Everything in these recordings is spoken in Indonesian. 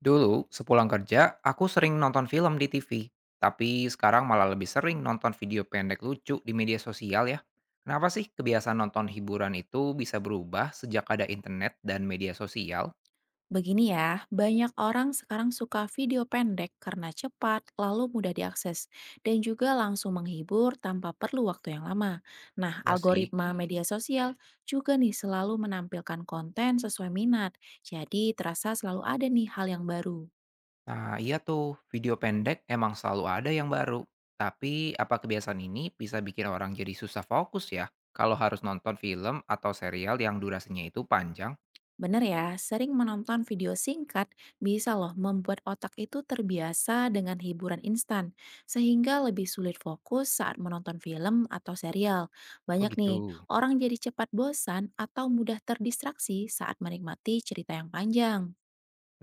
Dulu, sepulang kerja, aku sering nonton film di TV. Tapi sekarang malah lebih sering nonton video pendek lucu di media sosial ya. Kenapa sih kebiasaan nonton hiburan itu bisa berubah sejak ada internet dan media sosial? Begini ya, banyak orang sekarang suka video pendek karena cepat, lalu mudah diakses, dan juga langsung menghibur tanpa perlu waktu yang lama. Nah, Ya sih. algoritma media sosial juga nih selalu menampilkan konten sesuai minat, jadi terasa selalu ada nih hal yang baru. Nah iya tuh, video pendek emang selalu ada yang baru. Tapi apa kebiasaan ini bisa bikin orang jadi susah fokus ya? Kalau harus nonton film atau serial yang durasinya itu panjang? Bener ya, sering menonton video singkat bisa loh membuat otak itu terbiasa dengan hiburan instan, sehingga lebih sulit fokus saat menonton film atau serial. Oh Banyak nih, gitu. orang jadi cepat bosan atau mudah terdistraksi saat menikmati cerita yang panjang.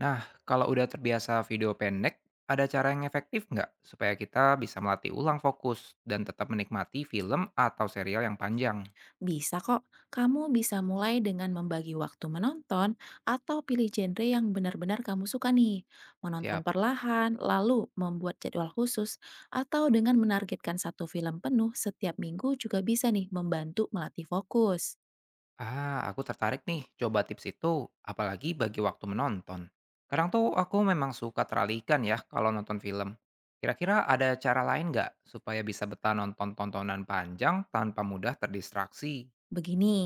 Nah, kalau udah terbiasa video pendek, ada cara yang efektif nggak supaya kita bisa melatih ulang fokus dan tetap menikmati film atau serial yang panjang? Bisa kok, kamu bisa mulai dengan membagi waktu menonton atau pilih genre yang benar-benar kamu suka nih. Menonton Siap. perlahan, lalu membuat jadwal khusus, atau dengan menargetkan satu film penuh setiap minggu juga bisa nih membantu melatih fokus. Ah, aku tertarik nih coba tips itu, apalagi bagi waktu menonton. Kadang tuh aku memang suka teralihkan ya kalau nonton film. Kira-kira ada cara lain nggak supaya bisa betah nonton tontonan panjang tanpa mudah terdistraksi? Begini,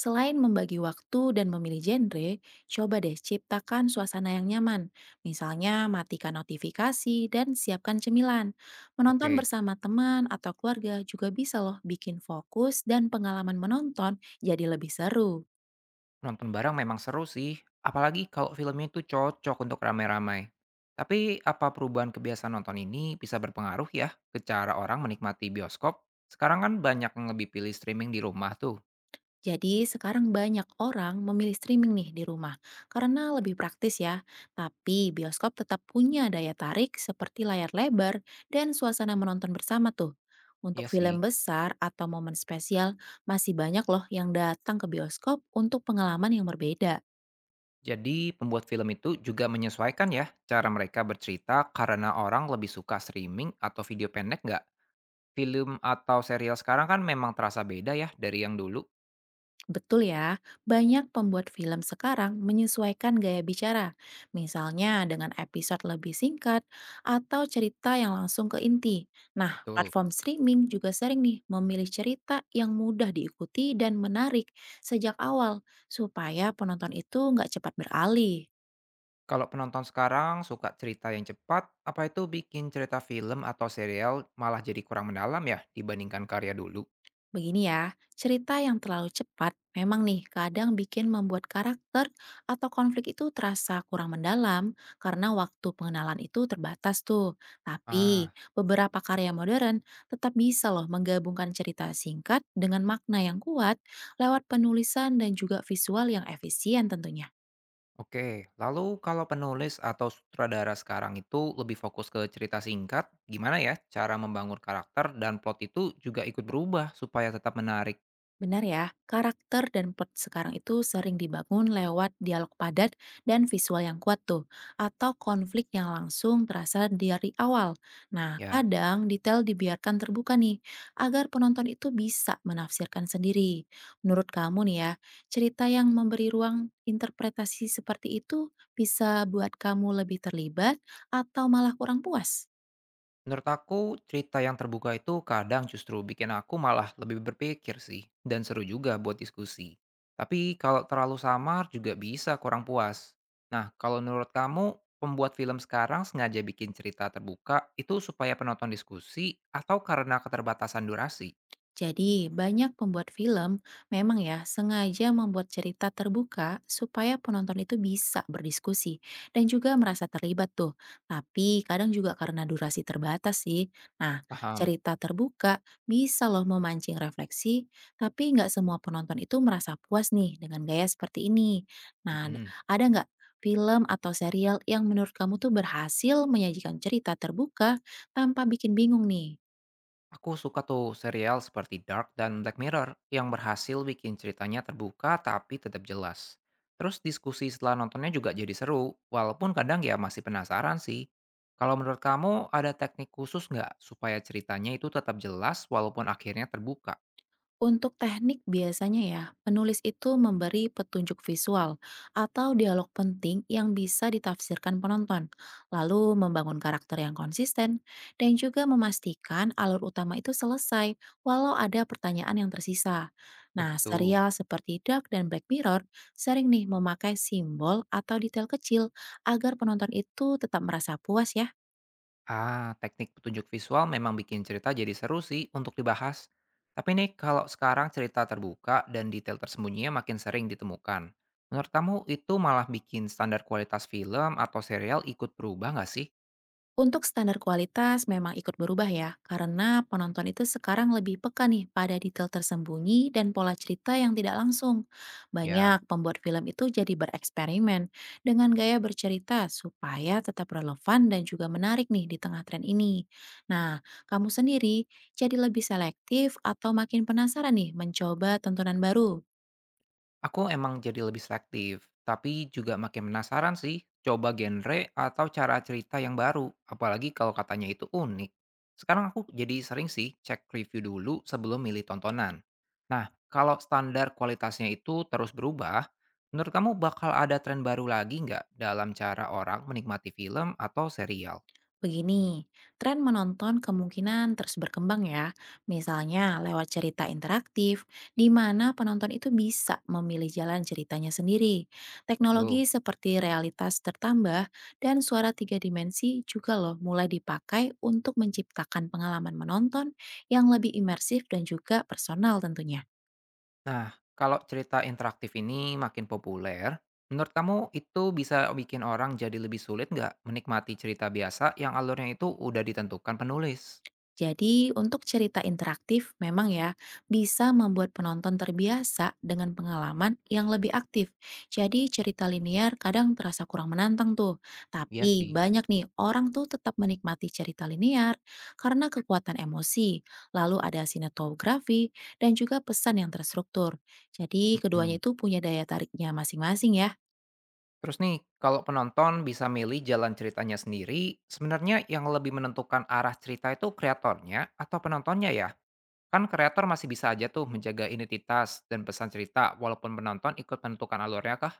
selain membagi waktu dan memilih genre, coba deh ciptakan suasana yang nyaman. Misalnya matikan notifikasi dan siapkan cemilan. Menonton Oke. bersama teman atau keluarga juga bisa loh bikin fokus dan pengalaman menonton jadi lebih seru. Nonton bareng memang seru sih, apalagi kalau filmnya itu cocok untuk ramai-ramai. Tapi apa perubahan kebiasaan nonton ini bisa berpengaruh ya ke cara orang menikmati bioskop? Sekarang kan banyak yang lebih pilih streaming di rumah tuh. Jadi sekarang banyak orang memilih streaming nih di rumah karena lebih praktis ya. Tapi bioskop tetap punya daya tarik seperti layar lebar dan suasana menonton bersama tuh. Iya Untuk sih. film besar atau momen spesial masih banyak loh yang datang ke bioskop untuk pengalaman yang berbeda. Jadi pembuat film itu juga menyesuaikan ya cara mereka bercerita karena orang lebih suka streaming atau video pendek nggak? Film atau serial sekarang kan memang terasa beda ya dari yang dulu. Betul ya, banyak pembuat film sekarang menyesuaikan gaya bicara, misalnya dengan episode lebih singkat atau cerita yang langsung ke inti. Nah, Betul. platform streaming juga sering nih memilih cerita yang mudah diikuti dan menarik sejak awal, supaya penonton itu nggak cepat beralih. Kalau penonton sekarang suka cerita yang cepat, apa itu bikin cerita film atau serial malah jadi kurang mendalam ya dibandingkan karya dulu? Begini ya, cerita yang terlalu cepat memang nih kadang bikin membuat karakter atau konflik itu terasa kurang mendalam karena waktu pengenalan itu terbatas tuh. Tapi Ah, beberapa karya modern tetap bisa loh menggabungkan cerita singkat dengan makna yang kuat lewat penulisan dan juga visual yang efisien tentunya. oke. Lalu kalau penulis atau sutradara sekarang itu lebih fokus ke cerita singkat, gimana ya cara membangun karakter dan plot itu juga ikut berubah supaya tetap menarik? Benar ya, karakter dan plot sekarang itu sering dibangun lewat dialog padat dan visual yang kuat tuh, atau konflik yang langsung terasa dari awal. Nah, Ya, kadang detail dibiarkan terbuka nih, agar penonton itu bisa menafsirkan sendiri. Menurut kamu nih ya, cerita yang memberi ruang interpretasi seperti itu bisa buat kamu lebih terlibat atau malah kurang puas? menurut aku, cerita yang terbuka itu kadang justru bikin aku malah lebih berpikir sih, dan seru juga buat diskusi. Tapi kalau terlalu samar juga bisa kurang puas. Nah, kalau menurut kamu, pembuat film sekarang sengaja bikin cerita terbuka itu supaya penonton diskusi atau karena keterbatasan durasi? Jadi, banyak pembuat film memang ya sengaja membuat cerita terbuka supaya penonton itu bisa berdiskusi dan juga merasa terlibat tuh. Tapi kadang juga karena durasi terbatas sih. Nah, Paham? cerita terbuka bisa loh memancing refleksi, tapi nggak semua penonton itu merasa puas nih dengan gaya seperti ini. Nah, Mhm. ada nggak film atau serial yang menurut kamu tuh berhasil menyajikan cerita terbuka tanpa bikin bingung nih? Aku suka tuh serial seperti Dark dan Black Mirror yang berhasil bikin ceritanya terbuka tapi tetap jelas. Terus diskusi setelah nontonnya juga jadi seru, walaupun kadang ya masih penasaran sih. Kalau menurut kamu ada teknik khusus nggak supaya ceritanya itu tetap jelas walaupun akhirnya terbuka? Untuk teknik biasanya ya, penulis itu memberi petunjuk visual atau dialog penting yang bisa ditafsirkan penonton, lalu membangun karakter yang konsisten, dan juga memastikan alur utama itu selesai walau ada pertanyaan yang tersisa. Oh Nah, gitu. serial seperti Dark dan Black Mirror sering nih memakai simbol atau detail kecil agar penonton itu tetap merasa puas ya. Ah, teknik petunjuk visual memang bikin cerita jadi seru sih untuk dibahas. Tapi nih, kalau sekarang cerita terbuka dan detail tersembunyinya makin sering ditemukan, menurut kamu itu malah bikin standar kualitas film atau serial ikut berubah nggak sih? Untuk standar kualitas memang ikut berubah ya, karena penonton itu sekarang lebih peka nih pada detail tersembunyi dan pola cerita yang tidak langsung. Ya. Banyak pembuat film itu jadi bereksperimen dengan gaya bercerita supaya tetap relevan dan juga menarik nih di tengah tren ini. Nah, kamu sendiri jadi lebih selektif atau makin penasaran nih mencoba tontonan baru? Aku emang jadi lebih selektif, tapi juga makin penasaran sih coba genre atau cara cerita yang baru, apalagi kalau katanya itu unik. Sekarang aku jadi sering sih cek review dulu sebelum milih tontonan. Nah, kalau standar kualitasnya itu terus berubah, menurut kamu bakal ada tren baru lagi nggak dalam cara orang menikmati film atau serial? Begini, tren menonton kemungkinan terus berkembang ya, misalnya lewat cerita interaktif, di mana penonton itu bisa memilih jalan ceritanya sendiri. Betul. Teknologi seperti realitas tertambah dan suara tiga dimensi juga loh mulai dipakai untuk menciptakan pengalaman menonton yang lebih imersif dan juga personal tentunya. Nah, kalau cerita interaktif ini makin populer, menurut kamu itu bisa bikin orang jadi lebih sulit nggak menikmati cerita biasa yang alurnya itu udah ditentukan penulis? Jadi, untuk cerita interaktif memang ya bisa membuat penonton terbiasa dengan pengalaman yang lebih aktif. Jadi, cerita linier kadang terasa kurang menantang tuh. Iya Tapi sih. banyak nih orang tuh tetap menikmati cerita linier karena kekuatan emosi, lalu ada sinematografi dan juga pesan yang terstruktur. Jadi, keduanya Mhm. itu punya daya tariknya masing-masing ya. Terus nih, kalau penonton bisa milih jalan ceritanya sendiri, sebenarnya yang lebih menentukan arah cerita itu kreatornya atau penontonnya ya? Kan kreator masih bisa aja tuh menjaga identitas dan pesan cerita walaupun penonton ikut menentukan alurnya kah?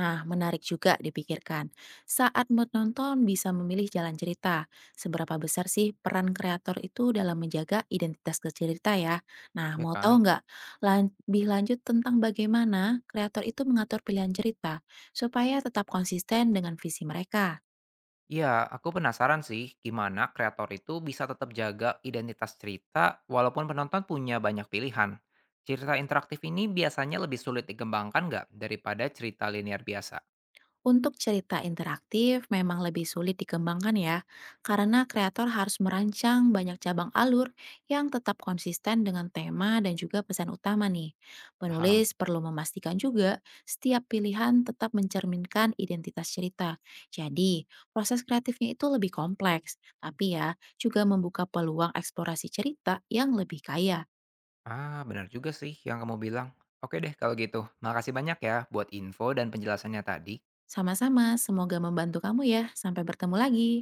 Nah, menarik juga dipikirkan. Saat menonton bisa memilih jalan cerita. Seberapa besar sih peran kreator itu dalam menjaga identitas cerita ya? Nah, Ya mau kan? tahu nggak lebih lanjut tentang bagaimana kreator itu mengatur pilihan cerita supaya tetap konsisten dengan visi mereka? Iya, aku penasaran sih gimana kreator itu bisa tetap jaga identitas cerita walaupun penonton punya banyak pilihan. Cerita interaktif ini biasanya lebih sulit dikembangkan nggak daripada cerita linear biasa? Untuk cerita interaktif memang lebih sulit dikembangkan ya, karena kreator harus merancang banyak cabang alur yang tetap konsisten dengan tema dan juga pesan utama nih. Paham. Penulis perlu memastikan juga setiap pilihan tetap mencerminkan identitas cerita. Jadi, proses kreatifnya itu lebih kompleks, tapi ya juga membuka peluang eksplorasi cerita yang lebih kaya. Ah, benar juga sih yang kamu bilang. Oke deh kalau gitu. Makasih banyak ya buat info dan penjelasannya tadi. Sama-sama, semoga membantu kamu ya. Sampai bertemu lagi.